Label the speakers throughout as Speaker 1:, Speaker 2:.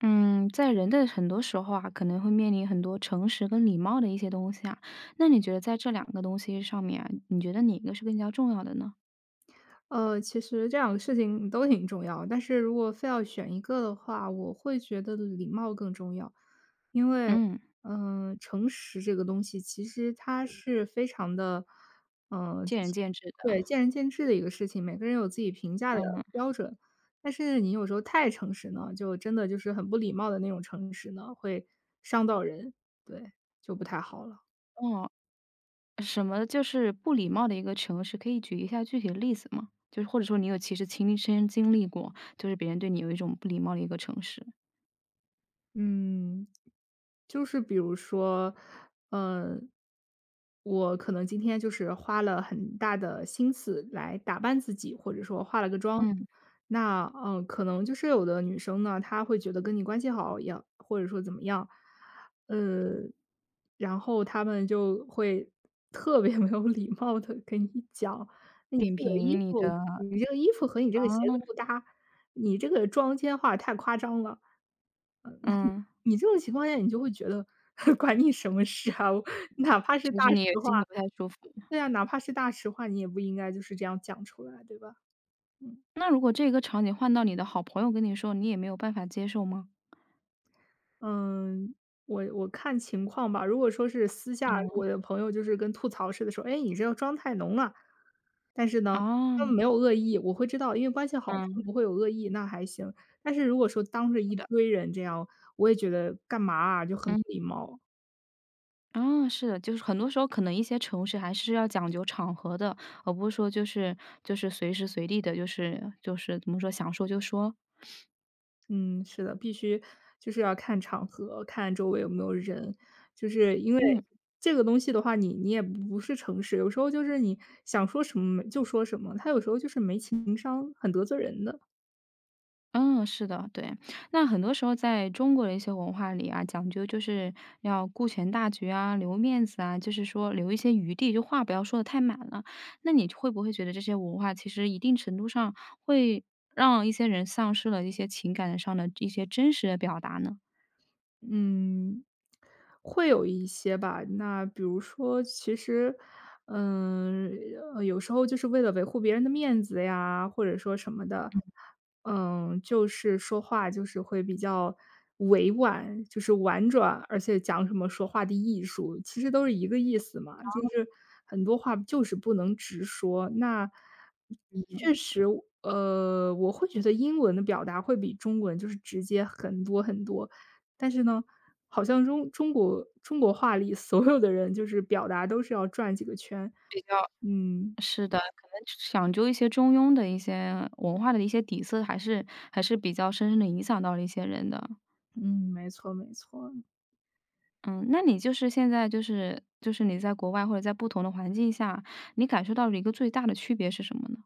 Speaker 1: 嗯，在人的很多时候啊，可能会面临很多诚实跟礼貌的一些东西啊。那你觉得在这两个东西上面啊，你觉得哪个是更加重要的呢？
Speaker 2: 其实这两个事情都挺重要，但是如果非要选一个的话，我会觉得礼貌更重要。因为，
Speaker 1: 嗯，
Speaker 2: 诚实这个东西其实它是非常的，就
Speaker 1: 见仁
Speaker 2: 是
Speaker 1: 见智的。
Speaker 2: 对，见仁见智的一个事情，每个人有自己评价的
Speaker 1: 嗯，
Speaker 2: 标准。但是你有时候太诚实呢，就真的就是很不礼貌的那种诚实呢，会伤到人，对，就不太好了。
Speaker 1: 哦，什么就是不礼貌的一个诚实，可以举一下具体的例子吗？就是或者说你有其实亲身经历过，就是别人对你有一种不礼貌的一个诚实，
Speaker 2: 嗯，就是比如说，嗯，我可能今天就是花了很大的心思来打扮自己，或者说化了个妆。
Speaker 1: 嗯，
Speaker 2: 那可能就是有的女生呢，她会觉得跟你关系好也，或者说怎么样，呃，然后她们就会特别 没有礼貌的跟你讲，你
Speaker 1: 点
Speaker 2: 这个
Speaker 1: 评
Speaker 2: 衣
Speaker 1: 你
Speaker 2: 服，
Speaker 1: 的
Speaker 2: 你这个衣服和你这个
Speaker 1: 啊，
Speaker 2: 鞋子不搭，你这个妆间化太夸张了。
Speaker 1: 嗯，
Speaker 2: 你这种情况下，你就会觉得 管你什么事啊，我哪怕是
Speaker 1: 其
Speaker 2: 大
Speaker 1: 实你也
Speaker 2: 实话
Speaker 1: 心里不太舒服。
Speaker 2: 对啊，哪怕是大实话，你也不应该就是这样讲出来，对吧？嗯。
Speaker 1: 那如果这个场景换到你的好朋友跟你说，你也没有办法接受吗？
Speaker 2: 嗯。我看情况吧，如果说是私下
Speaker 1: 嗯。
Speaker 2: 我的朋友就是跟吐槽似的说：“哎，你这个妆太浓了。”但是呢，他们
Speaker 1: 哦，
Speaker 2: 没有恶意，我会知道，因为关系好，他
Speaker 1: 嗯，
Speaker 2: 们不会有恶意，那还行。但是如果说当着
Speaker 1: 是
Speaker 2: 一
Speaker 1: 的，
Speaker 2: 堆人这样，我也觉得干嘛啊，就很不
Speaker 1: 嗯，
Speaker 2: 礼貌。
Speaker 1: 哦，是的，就是很多时候可能一些城市还是要讲究场合的，而不是说就是随时随地的，就是怎么说，想说就说。
Speaker 2: 嗯，是的，必须就是要看场合，看周围有没有人，就是因为
Speaker 1: 嗯，
Speaker 2: 这个东西的话，你也不是诚实，有时候就是你想说什么就说什么，他有时候就是没情商，很得罪人的。
Speaker 1: 嗯，是的，对。那很多时候在中国的一些文化里啊，讲究就是要顾全大局啊，留面子啊，就是说留一些余地，就话不要说的太满了。那你会不会觉得这些文化其实一定程度上会让一些人丧失了一些情感上的一些真实的表达呢？
Speaker 2: 嗯，会有一些吧。那比如说，其实，嗯，有时候就是为了维护别人的面子呀，或者说什么的，就是说话就是会比较委婉，就是婉转，而且讲什么说话的艺术，其实都是一个意思嘛。就是很多话就是不能直说。那确
Speaker 1: 嗯。
Speaker 2: 实，我会觉得英文的表达会比中文就是直接很多很多。但是呢，好像中国话里 所有的人就是表达都是要转几个圈。嗯。
Speaker 1: 是的，可能讲究一些中庸的一些文化的一些底色，还是还是比较深深的影响到了一些人的。
Speaker 2: 嗯，没错没错。
Speaker 1: 嗯，那你就是现在就是你在国外或者在不同的环境下，你感受到了一个最大的区别是什么呢？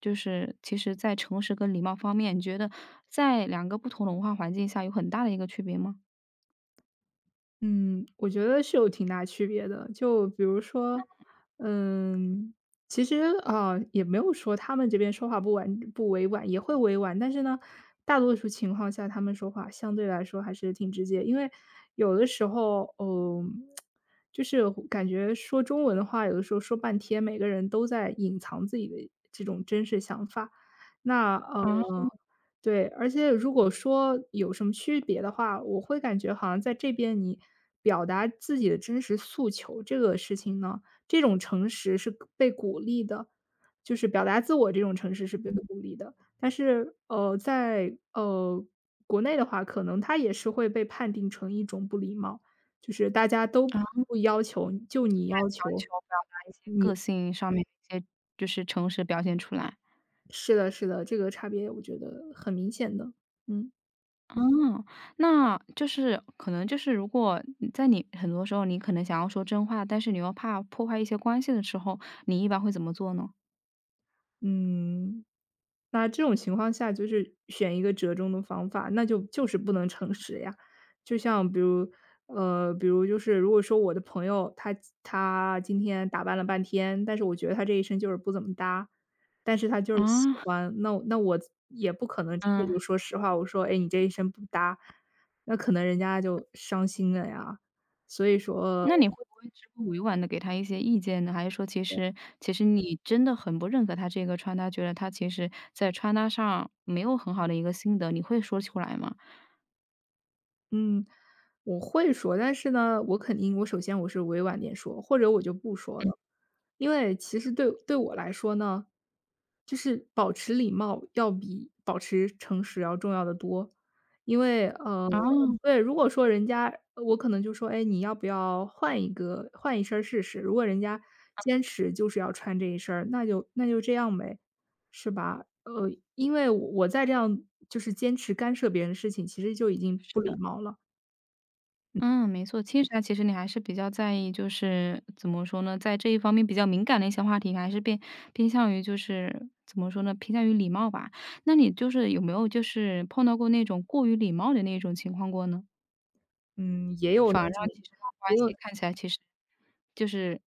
Speaker 1: 就是其实在诚实跟礼貌方面，你觉得在两个不同的文化环境下有很大的一个区别吗？
Speaker 2: 嗯，我觉得是有挺大区别的。就比如说，嗯，其实啊、也没有说他们这边说话不委婉，也会委婉，但是呢，大多数情况下他们说话相对来说还是挺直接，因为有的时候，就是感觉说中文的话，有的时候说半天，每个人都在隐藏自己的这种真实想法。那
Speaker 1: 啊，
Speaker 2: 对，而且如果说有什么区别的话，我会感觉好像在这边你表达自己的真实诉求这个事情呢，这种诚实是被鼓励的，就是表达自我这种诚实是被鼓励的。但是，在国内的话，可能它也是会被判定成一种不礼貌，就是大家都
Speaker 1: 不啊。
Speaker 2: 不要求，就你要
Speaker 1: 强
Speaker 2: 求
Speaker 1: 求表达一些
Speaker 2: 你
Speaker 1: 个性上面的一些就是诚实表现出来。
Speaker 2: 是的，是的，这个差别我觉得很明显的，嗯。
Speaker 1: 哦，那就是可能就是如果你在你很多时候你可能想要说真话，但是你又怕破坏一些关系的时候，你一般会怎么做呢？
Speaker 2: 嗯。那这种情况下就是选一个折中的方法，那就是不能诚实呀。就像比如，就是如果说我的朋友他今天打扮了半天，但是我觉得他这一身就是不怎么搭，但是他就是喜
Speaker 1: 啊，
Speaker 2: 欢，那我也不可能真的
Speaker 1: 嗯，
Speaker 2: 就说实话，我说，哎，你这一身不搭，那可能人家就伤心了呀。所以说，
Speaker 1: 那你会不会只会委婉的给他一些意见呢？还是说其实你真的很不认可他这个穿搭，觉得他其实在穿搭上没有很好的一个心得，你会说出来吗？
Speaker 2: 嗯，我会说，但是呢，我肯定我首先我是委婉点说，或者我就不说了。因为其实对我来说呢，就是保持礼貌要比保持诚实要重要的多。因为，
Speaker 1: 啊。嗯
Speaker 2: 对，如果说人家我可能就说：“哎，你要不要换一身儿试试？”如果人家坚持就是要穿这一身儿那就这样呗，是吧？因为我再这样就是坚持干涉别人的事情，其实就已经
Speaker 1: 是
Speaker 2: 不礼
Speaker 1: 的。
Speaker 2: 貌了。
Speaker 1: 嗯，没错。其实来其实你还是比较在意，就是怎么说呢，在这一方面比较敏感的一些话题，还是偏偏向于就是怎么说呢，偏向于礼貌吧。那你就是有没有就是碰到过那种过于礼貌的那种情况过呢？
Speaker 2: 嗯，也有
Speaker 1: 反而
Speaker 2: 那种。
Speaker 1: 让其实让
Speaker 2: 也
Speaker 1: 关
Speaker 2: 有。
Speaker 1: 系看起来其实就是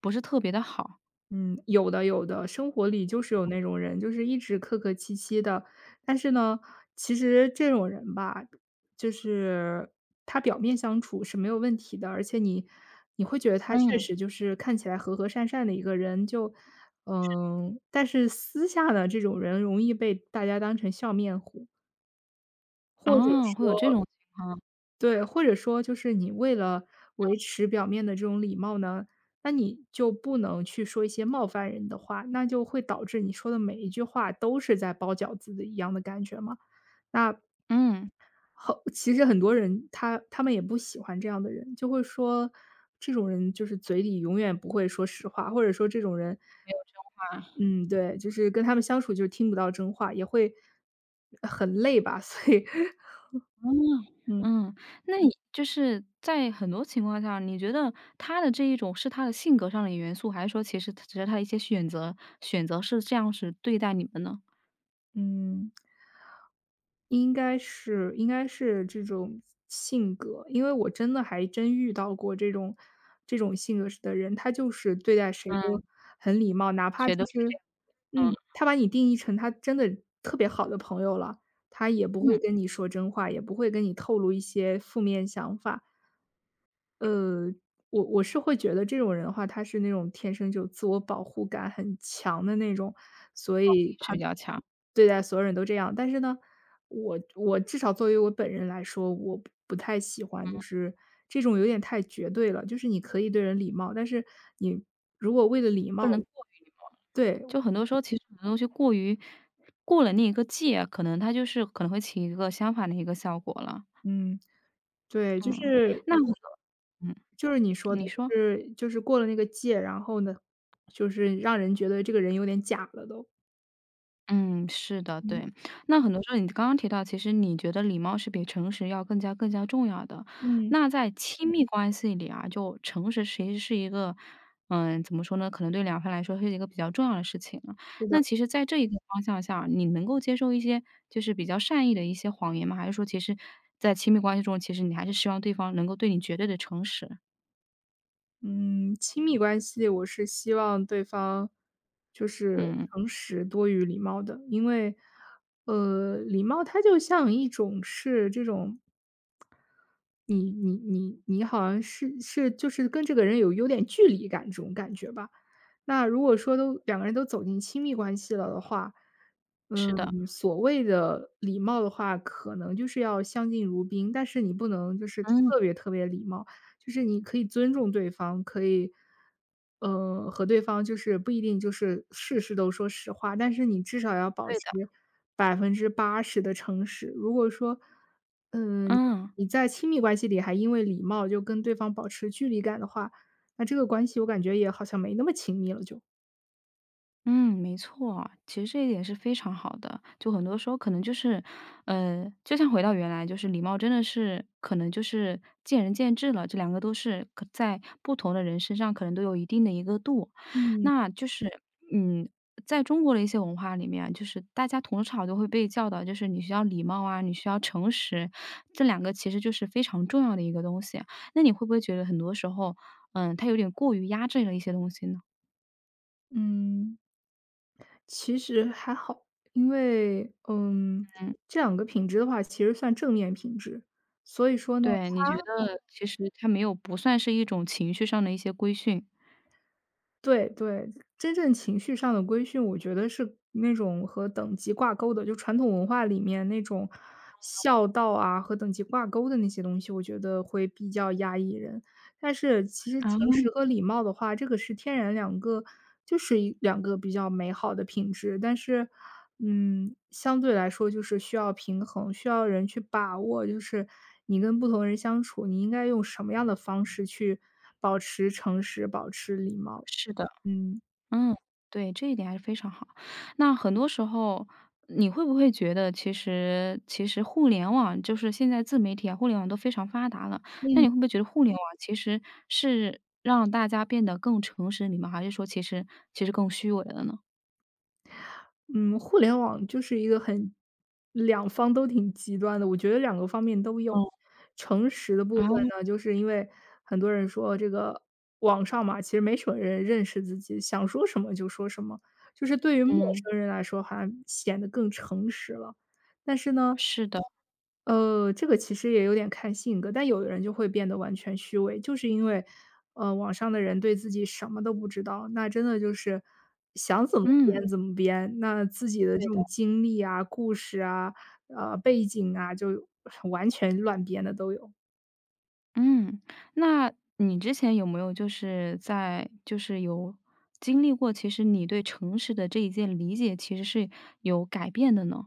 Speaker 1: 不是特别的好。
Speaker 2: 嗯，有的有的，生活里就是有那种人，就是一直客客气气的。但是呢，其实这种人吧，就是他表面相处是没有问题的，而且你会觉得他确
Speaker 1: 嗯，
Speaker 2: 实就是看起来和和善善的一个人，但是私下的这种人容易被大家当成笑面虎，或者
Speaker 1: 啊，会有这
Speaker 2: 说
Speaker 1: 种情况，
Speaker 2: 对，或者说就是你为了维持表面的这种礼貌呢，那你就不能去说一些冒犯人的话，那就会导致你说的每一句话都是在包饺子的一样的感觉嘛。那
Speaker 1: 嗯。
Speaker 2: 后其实很多人他们也不喜欢这样的人，就会说这种人就是嘴里永远不会说实话，或者说这种人，嗯，对，就是跟他们相处就听不到真话，也会很累吧，所以，
Speaker 1: 哦，
Speaker 2: 嗯。
Speaker 1: 嗯，那你就是在很多情况下，你觉得他的这一种是他的性格上的元素，还是说其实只是他的一些选择，选择是这样是对待你们呢？
Speaker 2: 嗯。应该是这种性格，因为我真的还真遇到过这种性格的人，他就是对待谁都
Speaker 1: 嗯，
Speaker 2: 很礼貌，哪怕
Speaker 1: 谁都
Speaker 2: 就
Speaker 1: 是
Speaker 2: 是
Speaker 1: 这样，嗯，
Speaker 2: 他把你定义成他真的特别好的朋友了，他也不会
Speaker 1: 嗯，
Speaker 2: 跟你说真话，也不会跟你透露一些负面想法。呃，我是会觉得这种人的话，他是那种天生就自我保护感很强的那种，所以
Speaker 1: 是
Speaker 2: 他
Speaker 1: 比较强，
Speaker 2: 对待所有人都这样。但是呢，我至少作为我本人来说，我不太喜欢，就是这种有点太绝对了。就是你可以对人礼貌，但是你如果为了礼貌
Speaker 1: 不能过于
Speaker 2: 对，
Speaker 1: 就很多时候其实很多东西过于过了那一个界，可能它就是可能会起一个相反的一个效果了。
Speaker 2: 嗯，对，就
Speaker 1: 嗯，
Speaker 2: 是
Speaker 1: 那很多
Speaker 2: 就是你说的，
Speaker 1: 你
Speaker 2: 就
Speaker 1: 说。
Speaker 2: 是就是过了那个界，然后呢，就是让人觉得这个人有点假了都。
Speaker 1: 嗯，是的，
Speaker 2: 嗯
Speaker 1: 对。那很多时候你刚刚提到，其实你觉得礼貌是比诚实要更加重要的。
Speaker 2: 嗯，
Speaker 1: 那在亲密关系里啊，就诚实其实是一个，嗯，怎么说呢？可能对两方来说是一个比较重要的事情了。
Speaker 2: 是
Speaker 1: 那
Speaker 2: 的。
Speaker 1: 其实在这一个方向下，你能够接受一些就是比较善意的一些谎言吗？还是说，其实，在亲密关系中，其实你还是希望对方能够对你绝对的诚实？
Speaker 2: 嗯，亲密关系我是希望对方就是
Speaker 1: 嗯，
Speaker 2: 诚实多于礼貌的，因为，礼貌它就像一种是这种你好像是就是跟这个人有点距离感这种感觉吧。那如果说两个人都走进亲密关系了的话，
Speaker 1: 是的，
Speaker 2: 所谓的礼貌的话，可能就是要相敬如宾，但是你不能就是
Speaker 1: 嗯，
Speaker 2: 特别特别礼貌。就是你可以尊重对方，可以，和对方就是不一定就是事事都说实话，但是你至少要保
Speaker 1: 对的，
Speaker 2: 持80%的诚实。如果说，嗯，
Speaker 1: 嗯。
Speaker 2: 你在亲密关系里还因为礼貌就跟对方保持距离感的话，那这个关系我感觉也好像没那么亲密了就。
Speaker 1: 嗯，没错，其实这一点是非常好的。就很多时候可能就是，就像回到原来，就是礼貌真的是可能就是见仁见智了，这两个都是可在不同的人身上可能都有一定的一个度。
Speaker 2: 嗯。
Speaker 1: 那就是，嗯，在中国的一些文化里面，就是大家从小都会被教导，就是你需要礼貌啊，你需要诚实，这两个其实就是非常重要的一个东西啊。那你会不会觉得很多时候，它有点过于压制了一些东西呢？
Speaker 2: 嗯，其实还好，因为，
Speaker 1: 嗯。
Speaker 2: 这两个品质的话其实算正面品质，所以说呢
Speaker 1: 对，你觉得其实它没有不算是一种情绪上的一些规训。
Speaker 2: 对对，真正情绪上的规训，我觉得是那种和等级挂钩的，就传统文化里面那种孝道啊和等级挂钩的那些东西，我觉得会比较压抑人。但是其实诚
Speaker 1: 啊，
Speaker 2: 实和礼貌的话，这个是天然两个，就是一两个比较美好的品质。但是，相对来说就是需要平衡，需要人去把握，就是你跟不同人相处，你应该用什么样的方式去保持诚实，保持礼貌。
Speaker 1: 是的，
Speaker 2: 嗯
Speaker 1: 嗯，对，这一点还是非常好。那很多时候你会不会觉得其实互联网就是现在自媒体啊，互联网都非常发达了，那
Speaker 2: 嗯
Speaker 1: 你会不会觉得互联网其实是让大家变得更诚实，你们还是说其实更虚伪了呢？
Speaker 2: 嗯，互联网就是一个很两方都挺极端的，我觉得两个方面都有。
Speaker 1: 嗯。
Speaker 2: 诚实的部
Speaker 1: 啊，
Speaker 2: 分呢，就是因为很多人说这个网上嘛，其实没什么人认识自己，想说什么就说什么，就是对于陌
Speaker 1: 嗯，
Speaker 2: 生人来说，好像显得更诚实了。但是呢，
Speaker 1: 是的，
Speaker 2: 这个其实也有点看性格，但有的人就会变得完全虚伪，就是因为，网上的人对自己什么都不知道，那真的就是想怎么编
Speaker 1: 嗯。
Speaker 2: 怎么编，那自己的这种经历啊、故事啊、背景啊，就 完全乱编的都有。
Speaker 1: 嗯，那你之前有没有就是在就是有经历过，其实你对诚实的这一件理解其实是有改变的呢？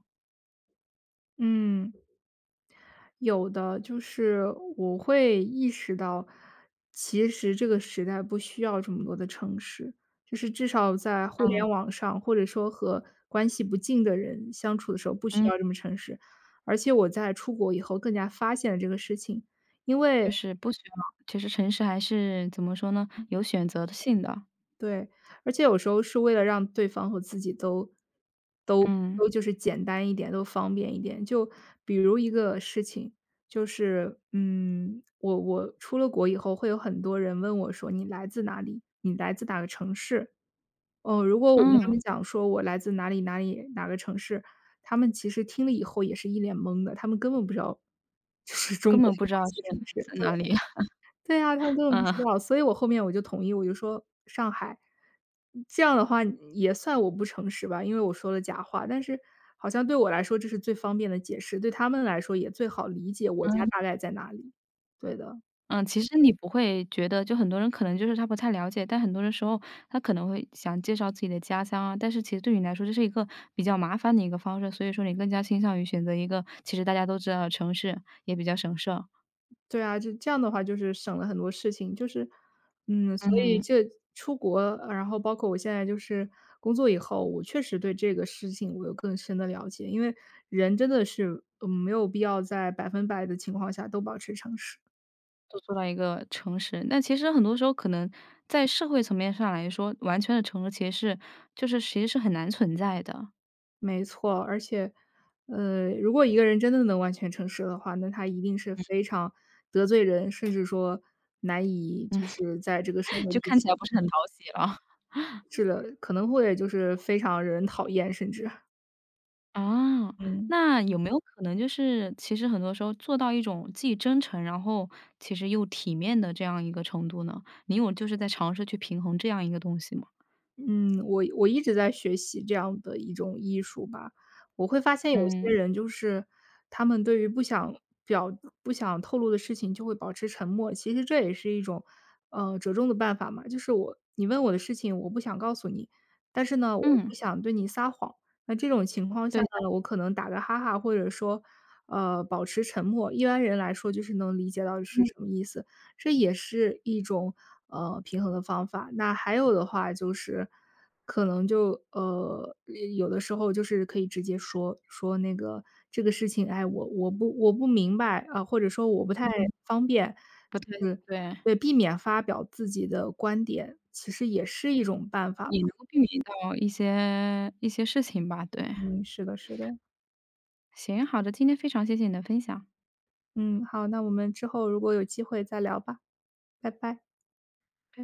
Speaker 2: 嗯。有的，就是我会意识到，其实这个时代不需要这么多的城市，就是至少在互
Speaker 1: 嗯。
Speaker 2: 联网上，或者说和关系不近的人相处的时候，不需
Speaker 1: 嗯，
Speaker 2: 要这么城市。而且我在出国以后更加发现了这个事情，因为
Speaker 1: 就是不需要其实诚实还是怎么说呢，有选择性的。
Speaker 2: 对，而且有时候是为了让对方和自己都都
Speaker 1: 嗯，
Speaker 2: 都就是简单一点，都方便一点。就比如一个事情，就是嗯，我出了国以后，会有很多人问我说：“你来自哪里？你来自哪个城市？”哦，如果我跟他们
Speaker 1: 嗯，
Speaker 2: 讲说我来自哪里哪里哪个城市，他们其实听了以后也是一脸懵的，他们根本不知道就是中
Speaker 1: 根
Speaker 2: 国
Speaker 1: 本不
Speaker 2: 有
Speaker 1: 知
Speaker 2: 哪
Speaker 1: 道是
Speaker 2: 些
Speaker 1: 来
Speaker 2: 城市。
Speaker 1: 自哪里，
Speaker 2: 对啊，他们根本不知
Speaker 1: 嗯。
Speaker 2: 道，所以我后面我就同意，我就说上海，这样的话也算我不诚实吧，因为我说了假话，但是好像对我来说这是最方便的解释，对他们来说也最好理解我家
Speaker 1: 嗯。
Speaker 2: 大概在哪里。对的，
Speaker 1: 嗯，其实你不会觉得就很多人可能就是他不太了解，但很多的时候他可能会想介绍自己的家乡啊，但是其实对你来说这是一个比较麻烦的一个方式，所以说你更加倾向于选择一个其实大家都知道的城市，也比较省事儿。
Speaker 2: 对啊，就这样的话就是省了很多事情，就是嗯，所以
Speaker 1: 嗯。
Speaker 2: 这出国，然后包括我现在就是工作以后，我确实对这个事情我有更深的了解，因为人真的是，嗯，没有必要在百分百的情况下都保持诚实。
Speaker 1: 都做到一个诚实，那其实很多时候可能在社会层面上来说，完全的诚实其实是就是其实是很难存在的，
Speaker 2: 没错，而且，如果一个人真的能完全诚实的话，那他一定是非常得罪人，甚至说难以
Speaker 1: 嗯。
Speaker 2: 就 是在这个社会立
Speaker 1: 就看
Speaker 2: 足，
Speaker 1: 起来不是很讨喜了。
Speaker 2: 是的，可能会就是非常惹人讨厌，甚至，
Speaker 1: 啊，
Speaker 2: 嗯。
Speaker 1: 那有没有可能就是，其实很多时候做到一种既真诚，然后其实又体面的这样一个程度呢？你有就是在尝试去平衡这样一个东西吗？
Speaker 2: 嗯，我一直在学习这样的一种艺术吧。我会发现有些
Speaker 1: 嗯。
Speaker 2: 人就是他们对于不想表不想透露的事情就会保持沉默，其实这也是一种，折中的办法嘛。就是我你问我的事情，我不想告诉你，但是呢，我又不
Speaker 1: 嗯，
Speaker 2: 想对你撒谎。那这种情况下
Speaker 1: 对的，
Speaker 2: 呢，我可能打个哈哈，或者说，保持沉默。一般人来说就是能理解到是
Speaker 1: 嗯，
Speaker 2: 什么意思。这也是一种平衡的方法。那还有的话就是，可能就有的时候就是可以直接说说那个这个事情，哎，我不明白啊、或者说我不太
Speaker 1: 嗯，
Speaker 2: 方便，
Speaker 1: 不太
Speaker 2: 就是
Speaker 1: 对，
Speaker 2: 对避免发表自己的观点，其实也是一种办法。
Speaker 1: 也能够避免到一些一些事情吧，对。
Speaker 2: 嗯，是的，是的。
Speaker 1: 行，好的，今天非常谢谢你的分享。
Speaker 2: 嗯，好，那我们之后如果有机会再聊吧，拜拜。
Speaker 1: 拜拜